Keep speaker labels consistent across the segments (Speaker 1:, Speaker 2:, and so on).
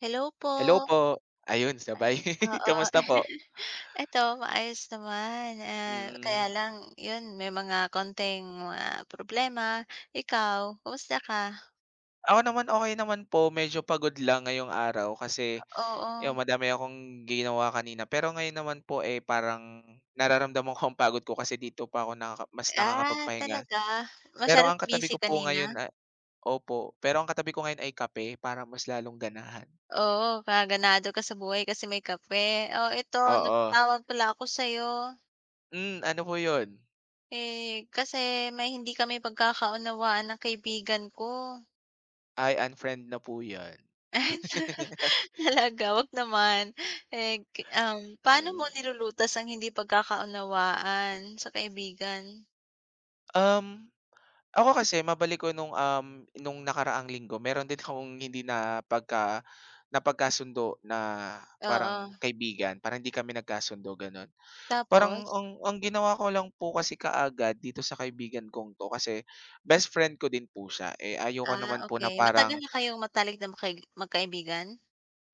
Speaker 1: Hello po.
Speaker 2: Hello po. Ayun
Speaker 1: Ay,
Speaker 2: sabay.
Speaker 1: oo.
Speaker 2: Kamusta po?
Speaker 1: Eto, maayos naman, kaya
Speaker 2: Mm.
Speaker 1: lang 'yun may mga konting mga problema. Ikaw, kumusta ka?
Speaker 2: Ako naman, okay naman po. Medyo pagod lang ngayong araw kasi
Speaker 1: Oo.
Speaker 2: yung madami akong ginawa kanina. Pero ngayon naman po, eh, parang nararamdaman ko ang pagod ko kasi dito pa ako mas
Speaker 1: Ah,
Speaker 2: nakakapagpahinga.
Speaker 1: talaga?
Speaker 2: Pero
Speaker 1: Masyadong
Speaker 2: ang katabi
Speaker 1: busy
Speaker 2: ko po
Speaker 1: kanina?
Speaker 2: ngayon a opo. Pero ang katabi ko ngayon ay kape para mas lalong ganahan.
Speaker 1: Oo, ka ganado ka sa buhay kasi may kape. Oh, ito
Speaker 2: Oo.
Speaker 1: napatawag pala ako sa'yo,
Speaker 2: Hmm, ano po yun?
Speaker 1: eh, kasi may hindi kami pagkakaunawaan ng kaibigan ko.
Speaker 2: I unfriend na po 'yan.
Speaker 1: Ay. Talaga, 'wag naman. Eh, paano mo
Speaker 2: Mm.
Speaker 1: nilulutas ang hindi pagkakaunawaan sa kaibigan?
Speaker 2: Um Ako kasi mabalik ko nung, nung nakaraang linggo meron din akong hindi na napagkasundo na
Speaker 1: Oo,
Speaker 2: parang kaibigan, parang hindi kami nagkasundo gano'n. Parang
Speaker 1: tapos?
Speaker 2: ang ginawa ko lang po kasi kaagad dito sa kaibigan kong 'to kasi best friend ko din po siya, eh, ayoko
Speaker 1: Ah,
Speaker 2: naman po na
Speaker 1: okay.
Speaker 2: parang
Speaker 1: Matagal na kayong matalik na magkaibigan?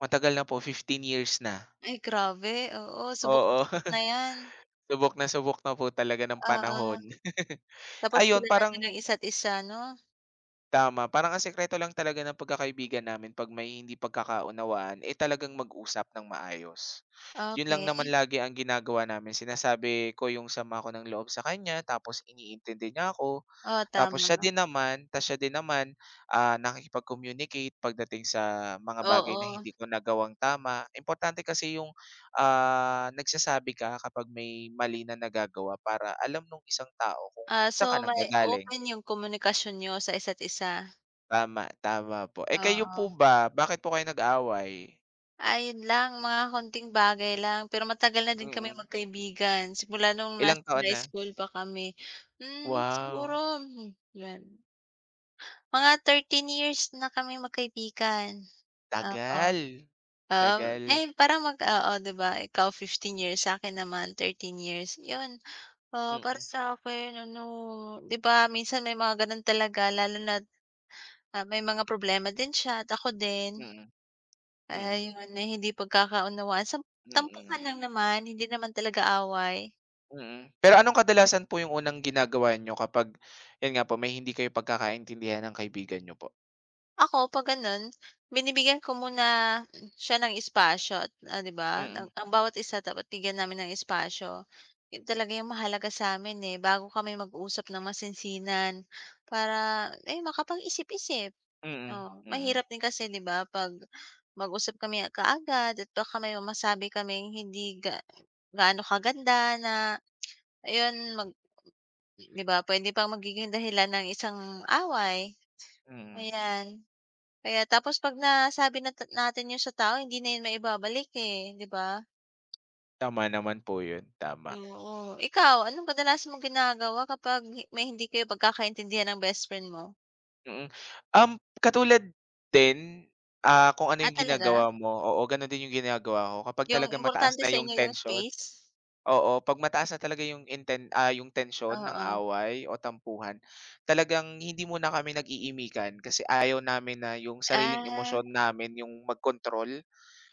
Speaker 2: matagal na po 15 years na,
Speaker 1: Ay, grabe, oo,
Speaker 2: oo,
Speaker 1: subok na 'yan.
Speaker 2: subok na po talaga ng
Speaker 1: Oo,
Speaker 2: panahon.
Speaker 1: tapos
Speaker 2: Ayun
Speaker 1: kilala niyo
Speaker 2: parang
Speaker 1: ng isa't isa, 'no?
Speaker 2: Tama, parang ang sekreto lang talaga ng pagkakaibigan namin 'pag may hindi pagkakaunawaan, eh, talagang mag-usap ng maayos. 'Yun lang
Speaker 1: Okey.
Speaker 2: naman lagi ang ginagawa namin, sinasabi ko yung sama ko ng loob sa kanya, tapos iniintindi niya ako,
Speaker 1: Oo,
Speaker 2: tapos
Speaker 1: tama.
Speaker 2: siya din naman tapos siya din naman, ah, nakikipag-communicate pagdating sa mga bagay na
Speaker 1: Oo.
Speaker 2: hindi ko nagawang tama. Importante kasi yung, ah, nagsasabi ka kapag may mali na nagagawa para alam nung isang tao kung
Speaker 1: Ah,
Speaker 2: saan ka
Speaker 1: so
Speaker 2: nang
Speaker 1: may
Speaker 2: gagaling.
Speaker 1: open yung komunikasyon niyo sa isa't isa?
Speaker 2: Tama, tama po. Eh, kayo po
Speaker 1: Oo.
Speaker 2: ba, bakit po kayo nag-away?
Speaker 1: Ayun lang, mga konting bagay lang, pero matagal na din kaming
Speaker 2: Mm.
Speaker 1: magkaibigan, simula nung
Speaker 2: Ilang
Speaker 1: nasa
Speaker 2: taon
Speaker 1: high
Speaker 2: na?
Speaker 1: school pa kami. Siguro,
Speaker 2: Wow,
Speaker 1: 'yan, mga 13 years na kami magkaibigan. Oo.
Speaker 2: tagal.
Speaker 1: Oo,
Speaker 2: Tagal.
Speaker 1: eh, parang oo, 'di ba, ikaw 15 years, sa akin naman 13 years, 'yun. Oo, para
Speaker 2: Mm,
Speaker 1: sa'kin ano, 'di ba minsan may mga gano'n talaga lalo na't, may mga problema din siya at ako din.
Speaker 2: mm, mm,
Speaker 1: Ayun, eh, hindi pagkakaunawaan sa
Speaker 2: mm,
Speaker 1: tampuhan lang naman, hindi naman talaga away.
Speaker 2: mm. Pero anong kadalasan po yung unang ginagawa niyo kapag, yun nga po, may hindi kayo pagkakaintindihan ng kaibigan niyo po?
Speaker 1: Ako 'pag gano'n, binibigyan ko muna siya ng espasyo at, 'di ba, ang
Speaker 2: Mm,
Speaker 1: ang bawat isa dapat bigyan namin ng espasyo. 'Yun talaga yung mahalaga sa'min, eh, bago kami mag-usap ng masinsinan para, eh, makapag-isip-isip.
Speaker 2: mm,
Speaker 1: Oh,
Speaker 2: mm,
Speaker 1: mahirap din kasi, 'di ba, 'pag mag-usap kami kaagad at baka may masabi kami hindi gaano kaganda na ayun, 'di ba puwede pang magiging dahilan ng isang away,
Speaker 2: mm.
Speaker 1: ayan. Kaya tapos 'pag nasabi na natin 'yun sa tao hindi na 'yun maibabalik, eh, 'di ba?
Speaker 2: Tama naman po yun, tama.
Speaker 1: Oo. Ikaw, anong kadalas mong ginagawa kapag may hindi kayo pagkakaintindihan ng best friend mo?
Speaker 2: Mm. Katulad din, ah, kung ano
Speaker 1: Ah,
Speaker 2: yung
Speaker 1: talaga?
Speaker 2: ginagawa mo, oo, gano'n din yung ginagawa ko kapag
Speaker 1: 'Yung
Speaker 2: talaga mataas
Speaker 1: importante
Speaker 2: na
Speaker 1: sa
Speaker 2: yung
Speaker 1: inyo 'yung
Speaker 2: tensyon.
Speaker 1: space?
Speaker 2: Oo, 'pag mataas na talaga yung yung tension ng
Speaker 1: Oo.
Speaker 2: away o tampuhan, talagang hindi muna kami nag-iimikan kasi ayaw namin na yung sariling
Speaker 1: Ah,
Speaker 2: emosyon namin yung magkontrol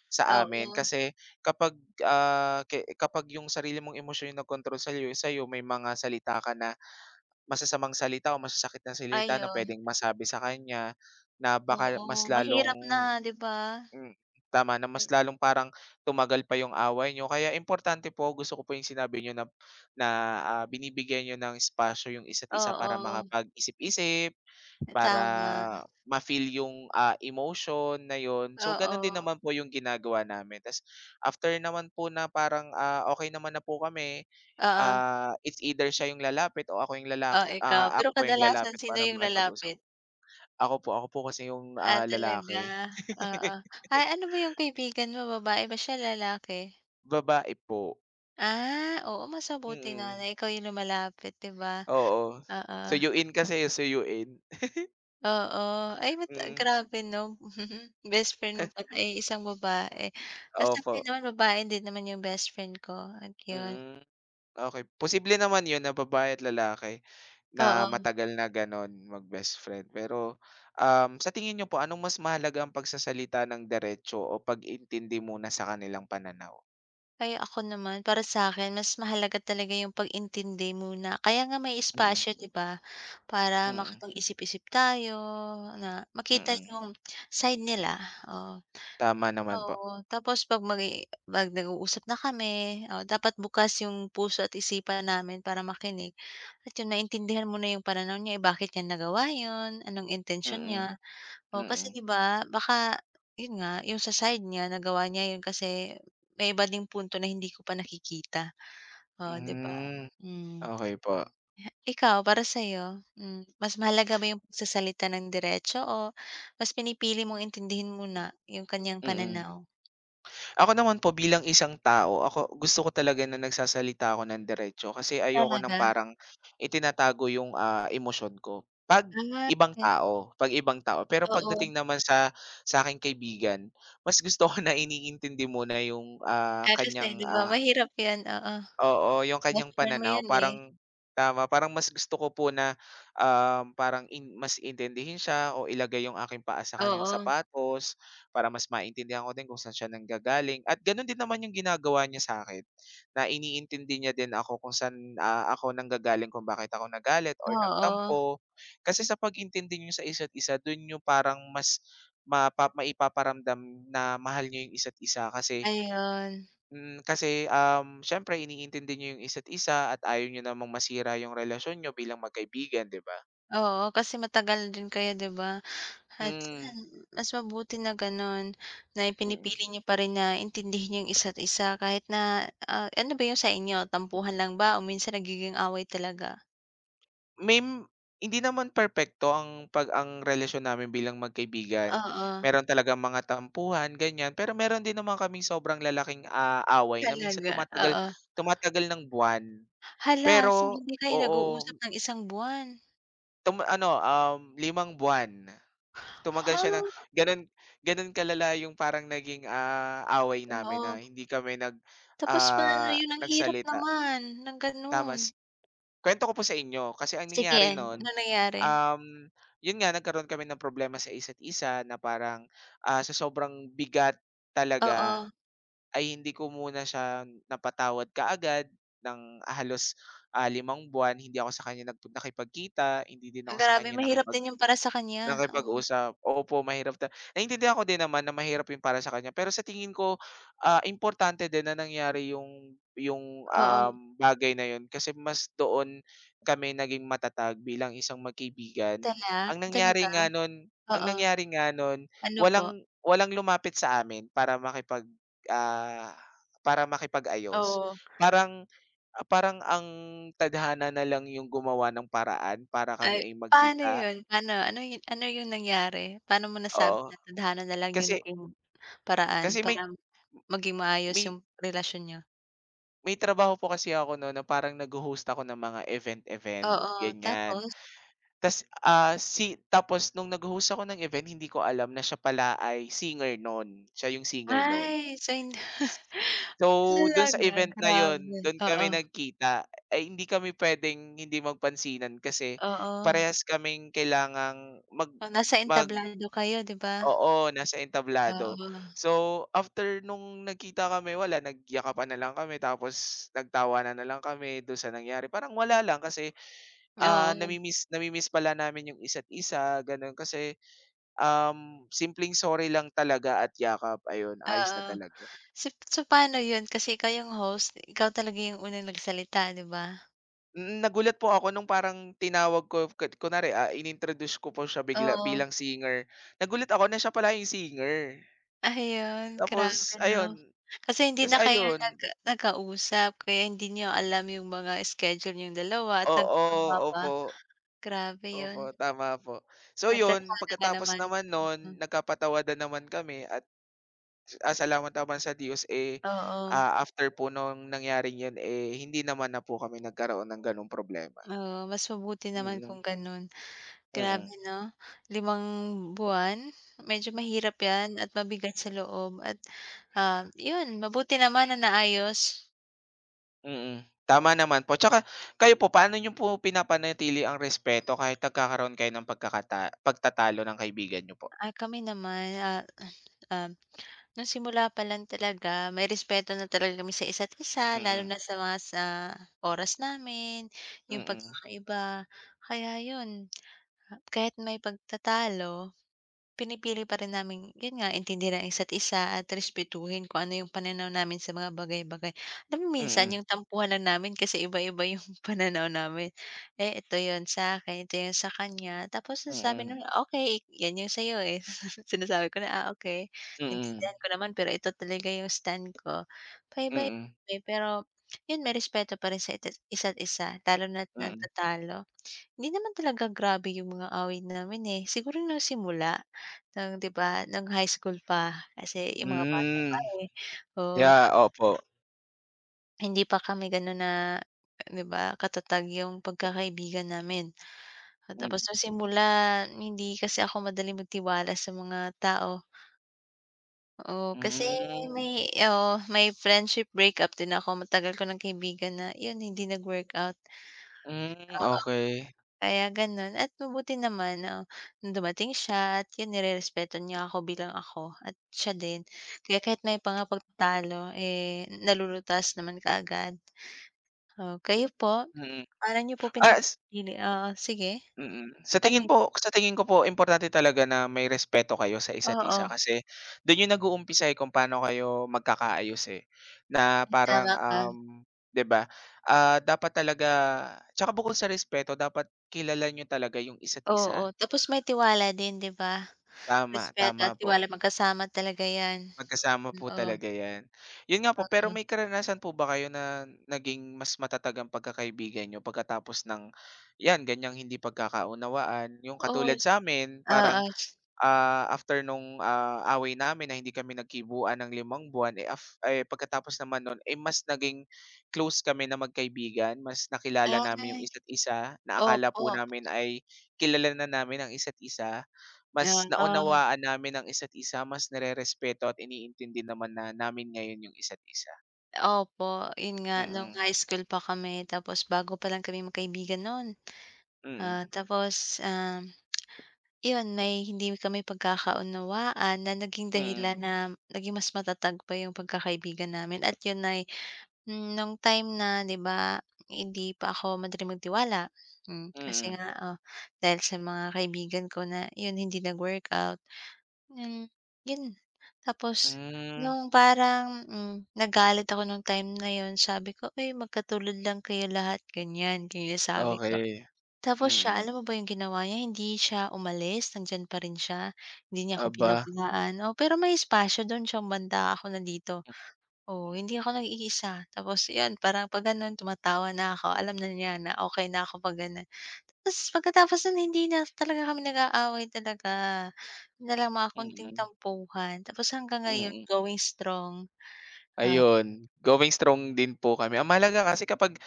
Speaker 2: sa amin.
Speaker 1: oo,
Speaker 2: Kasi kapag, ah, kapag yung sarili mong emosyon yung nagkontrol sa sa'yo, may mga salita ka na masasamang salita o masasakit na salita na
Speaker 1: ayun.
Speaker 2: puwedeng masabi sa kanya na baka
Speaker 1: Oo,
Speaker 2: mas lalong
Speaker 1: mahirap na, 'di ba?
Speaker 2: hmm, tama, na mas
Speaker 1: Mm.
Speaker 2: lalong parang tumagal pa yung away niyo. Kaya importante po, gusto ko po yung sinabi niyo na na, ah, binibigyan niyo ng espasyo yung isa't isa para
Speaker 1: Oo,
Speaker 2: makapag-isip-isip, para
Speaker 1: tama.
Speaker 2: ma-feel yung, ah, emotion na yon. So, gano'n din
Speaker 1: Oo,
Speaker 2: naman po yung ginagawa namin. Ta's after naman po na parang, ah, okey naman na po kami.
Speaker 1: oo.
Speaker 2: Ah, it's either siya yung lalapit o
Speaker 1: Oh, ikaw. Pero
Speaker 2: ako po yung
Speaker 1: kadalasan
Speaker 2: lalapit
Speaker 1: sino
Speaker 2: para
Speaker 1: yung
Speaker 2: makipag-usap.
Speaker 1: lalapit?
Speaker 2: Ako po kasi yung,
Speaker 1: Ah,
Speaker 2: ah,
Speaker 1: talaga,
Speaker 2: lalaki.
Speaker 1: oo. Ay, ano ba yung kaibigan mo, babae ba siya, lalaki?
Speaker 2: Babae po,
Speaker 1: Ah, oo, mas mabuti nga
Speaker 2: mm,
Speaker 1: na ikaw yung lumalapit, 'di ba?
Speaker 2: oo.
Speaker 1: Oo,
Speaker 2: Suyuin kasi, eh, suyuin.
Speaker 1: oo. Ay, ba't
Speaker 2: Mm,
Speaker 1: grabe 'no, best friend mo pala ay isang babae. Ah,
Speaker 2: opo,
Speaker 1: sa'kin naman babae din naman yung best friend ko at yun,
Speaker 2: mm, okey. Posible naman yun na babae at lalaki na
Speaker 1: oo.
Speaker 2: matagal na gano'n mag-best friend. Pero, sa tingin niyo po anong mas mahalaga ang pagsasalita ng diretso o pag-intindi muna sa kanilang pananaw?
Speaker 1: Kaya ako naman, para sa akin, mas mahalaga talaga yung pag-intindi muna. Kaya nga may
Speaker 2: Mm,
Speaker 1: espasyo, 'di ba, para
Speaker 2: mm,
Speaker 1: makapag-isip-isip tayo na makita
Speaker 2: mm.
Speaker 1: yung side nila, oh.
Speaker 2: Tama naman po.
Speaker 1: Oo, tapos 'pag magi 'pag nag-uusap na kami, oh, dapat bukas yung puso at isipan namin para makinig at yun maintindihan mo na yung pananaw niya, eh, bakit niya nagawa yun, anong intention
Speaker 2: Mm,
Speaker 1: niya. Oh, kasi
Speaker 2: mm.
Speaker 1: 'di ba baka yun nga, yung sa side niya nagawa niya yun kasi may iba ding punto na hindi ko pa nakikita, oh, 'di ba?
Speaker 2: Hmm,
Speaker 1: Hmm.
Speaker 2: okey po,
Speaker 1: Ikaw, para sa'yo, mas mahalaga ba yung pagsasalita ng diretso o mas pinipili mong intindihin muna yung kaniyang
Speaker 2: mm.
Speaker 1: pananaw?
Speaker 2: Ako naman po bilang isang tao, ako gusto ko talaga na nagsasalita ako ng diretso kasi ayoko ng
Speaker 1: Talaga?
Speaker 2: parang itinatago yung, ah, emosyon ko
Speaker 1: Ah, kaya
Speaker 2: 'pag ibang tao. Pero
Speaker 1: oo.
Speaker 2: pagdating naman sa sa'king kaibigan, mas gusto ko na iniintindi muna yung, ah,
Speaker 1: Ah, kasi
Speaker 2: kanyang,
Speaker 1: 'di ba
Speaker 2: ah.
Speaker 1: mahirap yan, oo.
Speaker 2: Oo, yung
Speaker 1: Best
Speaker 2: kanyang
Speaker 1: friend mo
Speaker 2: pananaw
Speaker 1: yan, eh.
Speaker 2: parang tama, parang mas gusto ko po na, parang mas intindihin siya o ilagay yung aking paa sa kaniyang
Speaker 1: Oo,
Speaker 2: sapatos para mas maintindihan ko din kung saan siya nanggagaling at gano'n din naman yung ginagawa niya sa akin na iniintindi niya din ako kung saan, ah, ako nanggagaling kung bakit ako nagalit or
Speaker 1: oo,
Speaker 2: nagtampo. Kasi sa pag-intindi niyo sa isa't isa dun yung parang mas maipaparamdam na mahal niyo yung isa't isa kasi
Speaker 1: ayun.
Speaker 2: hmm, kasi, siyempre iniintindi niyo yung isa't isa at ayaw niyo namang masira yung relasyon niyo bilang magkaibigan, 'di ba?
Speaker 1: Oo, kasi matagal din kayo, 'di ba? At
Speaker 2: Hmm.
Speaker 1: yan, mas mabuti na gano'n, na
Speaker 2: Mm.
Speaker 1: ipinipili niyo pa rin na intindihin yung isa't isa kahit na, ano ba yung sa inyo, tampuhan lang ba o minsan nagiging away talaga?
Speaker 2: May m- Hindi naman perpekto ang relasyon namin bilang magkaibigan.
Speaker 1: Oo,
Speaker 2: Meron talaga mga tampuhan, ganyan. Pero meron din naman kaming sobrang lalaking, ah, away na minsan
Speaker 1: talaga,
Speaker 2: tumatagal
Speaker 1: oo.
Speaker 2: tumatagal ng buwan.
Speaker 1: Hala, so
Speaker 2: Pero
Speaker 1: hindi kayo
Speaker 2: oo,
Speaker 1: nag-uusap ng isang buwan?
Speaker 2: 5 buwan. Tumagal
Speaker 1: Ha?
Speaker 2: siya ng gano'n gano'n kalala yung parang naging, ah, away namin na
Speaker 1: Oo,
Speaker 2: hindi kami nag,
Speaker 1: tapos paano
Speaker 2: ah,
Speaker 1: yun, ang hirap
Speaker 2: nagsalita.
Speaker 1: naman ng gano'n.
Speaker 2: Tamas Kuwento ko po sa inyo kasi ang
Speaker 1: Sige,
Speaker 2: nangyari
Speaker 1: anong
Speaker 2: noon
Speaker 1: nangyari?
Speaker 2: um, 'yun nga nagkaroon kami ng problema sa isa't isa na parang, ah, sa sobrang bigat talaga
Speaker 1: Oo,
Speaker 2: ay hindi ko muna siya napatawad kaagad ng halos, ah, 5 buwan. Hindi ako sa kanya nakipagkita, hindi din ako sa
Speaker 1: grabe
Speaker 2: kanya
Speaker 1: mahirap
Speaker 2: nakipag
Speaker 1: din yun para sa kanya, oo,
Speaker 2: nakipag-usap, opo mahirap naiintindihan ko din naman na mahirap yung para sa kanya pero sa tingin ko, ah, importante din na nangyari yung yung,
Speaker 1: oo.
Speaker 2: um, bagay na 'yun kasi mas doon kami naging matatag bilang isang magkaibigan.
Speaker 1: Tala
Speaker 2: Ang nangyari
Speaker 1: talaga?
Speaker 2: nga nun ang
Speaker 1: Oo,
Speaker 2: nangyari nga nun
Speaker 1: ano po?
Speaker 2: walang walang lumapit sa amin para makipag, ah, para makipag-ayos.
Speaker 1: Oo.
Speaker 2: Parang ah, parang ang tadhana na lang yung gumawa ng paraan para kami
Speaker 1: Ay,
Speaker 2: ay
Speaker 1: paano
Speaker 2: magkita,
Speaker 1: yun? Paano? Ano yung nangyari? Paano mo nasabi
Speaker 2: oo.
Speaker 1: na tadhana na lang yung
Speaker 2: Kasi
Speaker 1: naging paraan
Speaker 2: Kasi may
Speaker 1: para maging maayos
Speaker 2: may
Speaker 1: yung relasyon niyo?
Speaker 2: may trabaho po kasi ako no na parang nagho-host ako ng mga event-event,
Speaker 1: Oo,
Speaker 2: ganyan.
Speaker 1: tapos?
Speaker 2: Tas, ah, si tapos nung nagho-host ako ng event hindi ko alam na siya pala ay singer no'n, siya yung singer no'n.
Speaker 1: Ay, so
Speaker 2: So, do'n sa
Speaker 1: talaga,
Speaker 2: event na 'yun,
Speaker 1: grabe.
Speaker 2: do'n
Speaker 1: Oo,
Speaker 2: kami nagkita. Ay hindi kami puwedeng hindi magpansinan kasi
Speaker 1: oo.
Speaker 2: parehas kaming kailangang mag
Speaker 1: Oh, nasa
Speaker 2: mag
Speaker 1: entablado kayo, 'di ba?
Speaker 2: Oo, nasa entablado.
Speaker 1: Oo,
Speaker 2: So, after nung nagkita kami wala, nagyakapan na lang kami tapos nagtawanan na lang kami do'n sa nangyari. Parang wala lang kasi, ah,
Speaker 1: oo,
Speaker 2: nami-miss pala namin yung isa't isa, gano'n. Kasi, simpleng sorry lang talaga at yakap, ayun, ayos na
Speaker 1: oo.
Speaker 2: talaga.
Speaker 1: So paano yun? Kasi ikaw yung host, ikaw talaga yung unang nagsalita, 'di ba?
Speaker 2: Mm, nagulat po ako nung parang tinawag ko ku kunwari, ah, inintroduce ko po siya bigla
Speaker 1: Oo.
Speaker 2: bilang singer. Nagulat ako na siya pala yung singer.
Speaker 1: Ayun, grabe
Speaker 2: Tapos ayun,
Speaker 1: 'no? Kasi hindi
Speaker 2: ta's
Speaker 1: na kayo
Speaker 2: ayun
Speaker 1: nagkausap kaya hindi niyo alam yung mga schedule niyong dalawa at
Speaker 2: oo,
Speaker 1: nagtugma pa.
Speaker 2: opo.
Speaker 1: Grabe 'yun.
Speaker 2: Opo, tama po. So
Speaker 1: At
Speaker 2: yun,
Speaker 1: tadhana ka
Speaker 2: pagkatapos
Speaker 1: naman,
Speaker 2: naman
Speaker 1: mm.
Speaker 2: nun, nagkapatawadan naman kami at, ah, salamat naman sa Diyos, eh,
Speaker 1: Oo,
Speaker 2: ah, after po nung nangyaring yun, eh, hindi naman na po kami nagkaroon ng gano'ng problema.
Speaker 1: oo, mas mabuti naman
Speaker 2: Mm,
Speaker 1: kung gano'n.
Speaker 2: mm,
Speaker 1: Grabe 'no, 5 buwan? Medyo mahirap 'yan at mabigat sa loob at, 'yun mabuti naman na naayos.
Speaker 2: mm. Tama naman po. Tsaka kayo po, paano niyo po pinapanatili ang respeto kahit nagkakaroon kayo ng pagtatalo ng kaibigan niyo po?
Speaker 1: Ah, kami naman, ah, um Nung simula pa lang talaga may respeto na talaga kami sa isa't isa lalo
Speaker 2: Mm,
Speaker 1: na sa mga sa oras namin,
Speaker 2: mm,
Speaker 1: yung
Speaker 2: mm,
Speaker 1: pagkakaiba. Kaya yun, kahit may pagtatalo, pinipili pa rin naming yun nga, intindihin ang isa't isa at respetuhin kung ano yung pananaw namin sa mga bagay-bagay. Alam mo minsan
Speaker 2: mm,
Speaker 1: yung tampuhan lang namin kasi iba-iba yung pananaw namin. Eh, ito yun sa akin, ito yung sa kanya, tapos nasasabi
Speaker 2: mm,
Speaker 1: namin, "Okay, yan yung sa'yo, eh." Sinasabi ko na, "Ah, okay,
Speaker 2: mm, mm,
Speaker 1: naintindihan ko naman pero ito talaga yung stand ko." Paiba-iba,
Speaker 2: mm.
Speaker 1: eh, pero yun may respeto pa rin sa isa't isa lalo na't
Speaker 2: Mm.
Speaker 1: nagtatalo. Hindi naman talaga grabe yung mga away namin, eh. Siguro nung simula ng, 'di ba, ng high school pa kasi yung mga bata
Speaker 2: Hmm,
Speaker 1: pa, eh. Oo,
Speaker 2: yeah, opo.
Speaker 1: hindi pa kami gano'n na, 'di ba, katatag yung pagkakaibigan namin. At tapos
Speaker 2: Hmm.
Speaker 1: nung simula hindi kasi ako madaling magtiwala sa mga tao. Oo, kasi
Speaker 2: Hmm,
Speaker 1: may oo, may friendship breakup din ako. Matagal ko ng kaibigan na 'yun hindi nag-workout.
Speaker 2: hmm, okey,
Speaker 1: Kaya gano'n at mabuti naman na dumating siya at 'yun nirerespeto niya ako bilang ako at siya din. Kaya kahit may mga pagtatalo, eh, nalulutas naman kaagad. Oh, kayo po?
Speaker 2: mm.
Speaker 1: Paano niyo po
Speaker 2: Ah, s
Speaker 1: pinapanatili, oo, sige.
Speaker 2: Mm. Sa
Speaker 1: Ano
Speaker 2: tingin
Speaker 1: 'yun?
Speaker 2: po sa tingin ko po importante talaga na may respeto kayo sa isa't
Speaker 1: Oo,
Speaker 2: isa kasi dun yung nag-uumpisa, eh, kung paano kayo magkakaayos, eh, na parang,
Speaker 1: tama ka.
Speaker 2: 'di ba, ah, dapat talaga tsaka bukod sa respeto dapat kilala niyo talaga yung isa't
Speaker 1: Oo,
Speaker 2: isa.
Speaker 1: tapos may tiwala din, 'di ba?
Speaker 2: Tama,
Speaker 1: Respeto
Speaker 2: tama
Speaker 1: at
Speaker 2: po.
Speaker 1: tiwala magkasama talaga 'yan.
Speaker 2: Magkasama po
Speaker 1: Oo,
Speaker 2: talaga 'yan. 'Yun nga po, pero may
Speaker 1: oo.
Speaker 2: karanasan po ba kayo na naging mas matatag ang pagkakaibigan niyo pagkatapos ng 'yan, ganiyang hindi pagkakaunawaan? Yung
Speaker 1: Oo,
Speaker 2: katulad sa sa'min parang
Speaker 1: oo.
Speaker 2: ah, after nung, ah, away namin na hindi kami nagkibuan ng 5 buwan, eh, af eh, pagkatapos naman nun, eh, mas naging close kami na magkaibigan, mas nakilala namin yung
Speaker 1: Ay,
Speaker 2: isa't isa na akala
Speaker 1: opo,
Speaker 2: po namin ay kilala na namin ang isa't isa. Mas
Speaker 1: oo.
Speaker 2: naunawaan namin ang isa't isa, mas nare-respeto at iniintindi naman na namin ngayon yung isa't isa.
Speaker 1: Opo, yun nga nung
Speaker 2: Mm,
Speaker 1: high school pa kami tapos bago pa lang kami magkaibigan nun.
Speaker 2: mm,
Speaker 1: Ah, tapos, yun may hindi kami pagkakaunawaan na naging
Speaker 2: mm,
Speaker 1: dahilan na naging mas matatag pa yung pagkakaibigan namin at yun ay, nung time na, 'di ba, hindi pa ako madaling magtiwala. Kasi
Speaker 2: mm.
Speaker 1: nga, oh, dahil sa mga kaibigan ko na yun hindi nag-workout. Hmm, yun. Tapos
Speaker 2: Hmm,
Speaker 1: nung parang, nagalit ako nung time na yun, sabi ko, "Uy, magkatulad lang kayo lahat," ganyan, ganyan sabi ko.
Speaker 2: okey.
Speaker 1: Tapos siya,
Speaker 2: Mm,
Speaker 1: alam mo ba yung ginawa niya, hindi siya umalis, nandiyan pa rin siya. Hindi niya ako
Speaker 2: aba.
Speaker 1: binabayaan, oo, pero may espasyo dun siyang banda, ako nandito. Oo, hindi ako nag-iisa. Tapos 'yun parang 'pag gano'n tumatawa na ako, alam na niya na okey na ako 'pag gano'n. Tapos pagkatapos no'n hindi na talaga kami nag-aaway talaga. Yun na lang mga konting
Speaker 2: Mm,
Speaker 1: tampuhan, tapos hanggang ngayon
Speaker 2: mm.
Speaker 1: going strong. Ah,
Speaker 2: Ayun, going strong din po kami. Ang mahalaga kasi kapag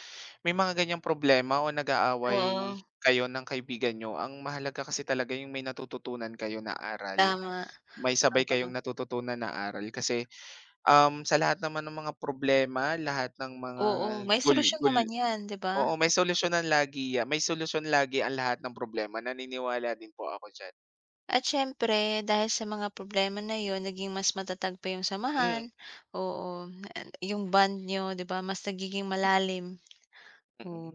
Speaker 2: may mga ganyang problema o nag-aaway
Speaker 1: oo,
Speaker 2: kayo ng kaibigan niyo, ang mahalaga kasi talaga yung may natututunan kayo na aral.
Speaker 1: tama,
Speaker 2: May sabay kayong
Speaker 1: oo.
Speaker 2: natututunan na aral kasi, sa lahat naman ng mga problema, lahat ng mga
Speaker 1: Oo, may
Speaker 2: gul
Speaker 1: solusyon
Speaker 2: gul
Speaker 1: naman 'yan, 'di ba?
Speaker 2: oo, may solusyon lagi ang lahat ng problema. Naniniwala din po ako diyan.
Speaker 1: At siyempre dahil sa mga problema na 'yun naging mas matatag pa 'yung
Speaker 2: Mm,
Speaker 1: samahan, oo, and yung band niyo, 'di ba, mas nagiging malalim, oo.
Speaker 2: mm.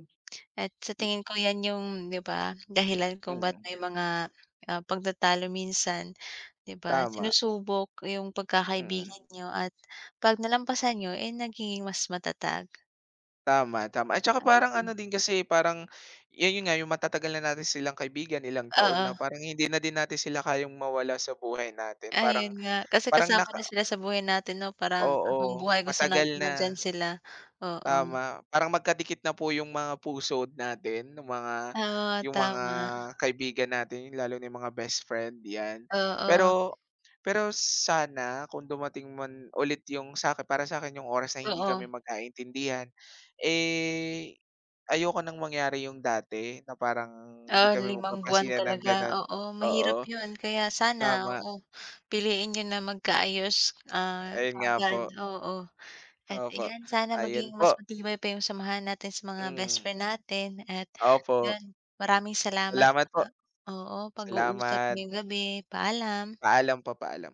Speaker 1: At sa
Speaker 2: Mm,
Speaker 1: tingin ko 'yan yung, 'di ba, dahilan kung ba't
Speaker 2: mm,
Speaker 1: may mga, pagtatalo minsan, 'di ba?
Speaker 2: tama,
Speaker 1: Sinusubok yung
Speaker 2: mm.
Speaker 1: pagkakaibigan niyo at 'pag nalampasan niyo, eh, nagiging mas matatag.
Speaker 2: Tama, tama. At saka parang ano
Speaker 1: Um,
Speaker 2: din kasi parang yun yun nga yung matatagal na natin silang kaibigan, ilang taon
Speaker 1: oo,
Speaker 2: na parang hindi na din natin sila kayang mawala sa buhay natin. Parang
Speaker 1: ayun nga. Kasi
Speaker 2: parang
Speaker 1: kasama
Speaker 2: naka
Speaker 1: na sila sa buhay natin, 'no, parang
Speaker 2: Oo,
Speaker 1: habang buhay gusto
Speaker 2: matagal
Speaker 1: natin
Speaker 2: na.
Speaker 1: nandiyan sila, oo.
Speaker 2: Tama, parang magkadikit na po yung mga puso natin nung mga
Speaker 1: Oo,
Speaker 2: yung mga
Speaker 1: tama.
Speaker 2: kaibigan natin, lalo na yung mga best friend, 'yan.
Speaker 1: Oo,
Speaker 2: Pero pero sana kung dumating man ulit yung sa'kin para sa sa'kin yung oras na hindi
Speaker 1: oo.
Speaker 2: kami magkaintindihan, eh, ayoko ng mangyari yung dati na parang hindi
Speaker 1: ah
Speaker 2: kami
Speaker 1: limang buwan
Speaker 2: magpapansinan ng
Speaker 1: talaga,
Speaker 2: gano'n.
Speaker 1: oo, mahirap
Speaker 2: Oo,
Speaker 1: 'yun kaya sana,
Speaker 2: tama,
Speaker 1: oo, piliin niyo na magkaayos,
Speaker 2: ayun nga po,
Speaker 1: kaagad, oo. At
Speaker 2: opo.
Speaker 1: ayan, sana
Speaker 2: Ayun
Speaker 1: maging mas
Speaker 2: po,
Speaker 1: matibay pa 'yung samahan natin sa mga best
Speaker 2: mm,
Speaker 1: friend natin at
Speaker 2: opo.
Speaker 1: 'yun, maraming salamat
Speaker 2: Salamat po,
Speaker 1: sa, oo, pag-uusap
Speaker 2: salamat.
Speaker 1: ngayong gabi, paalam.
Speaker 2: Paalam po, paalam.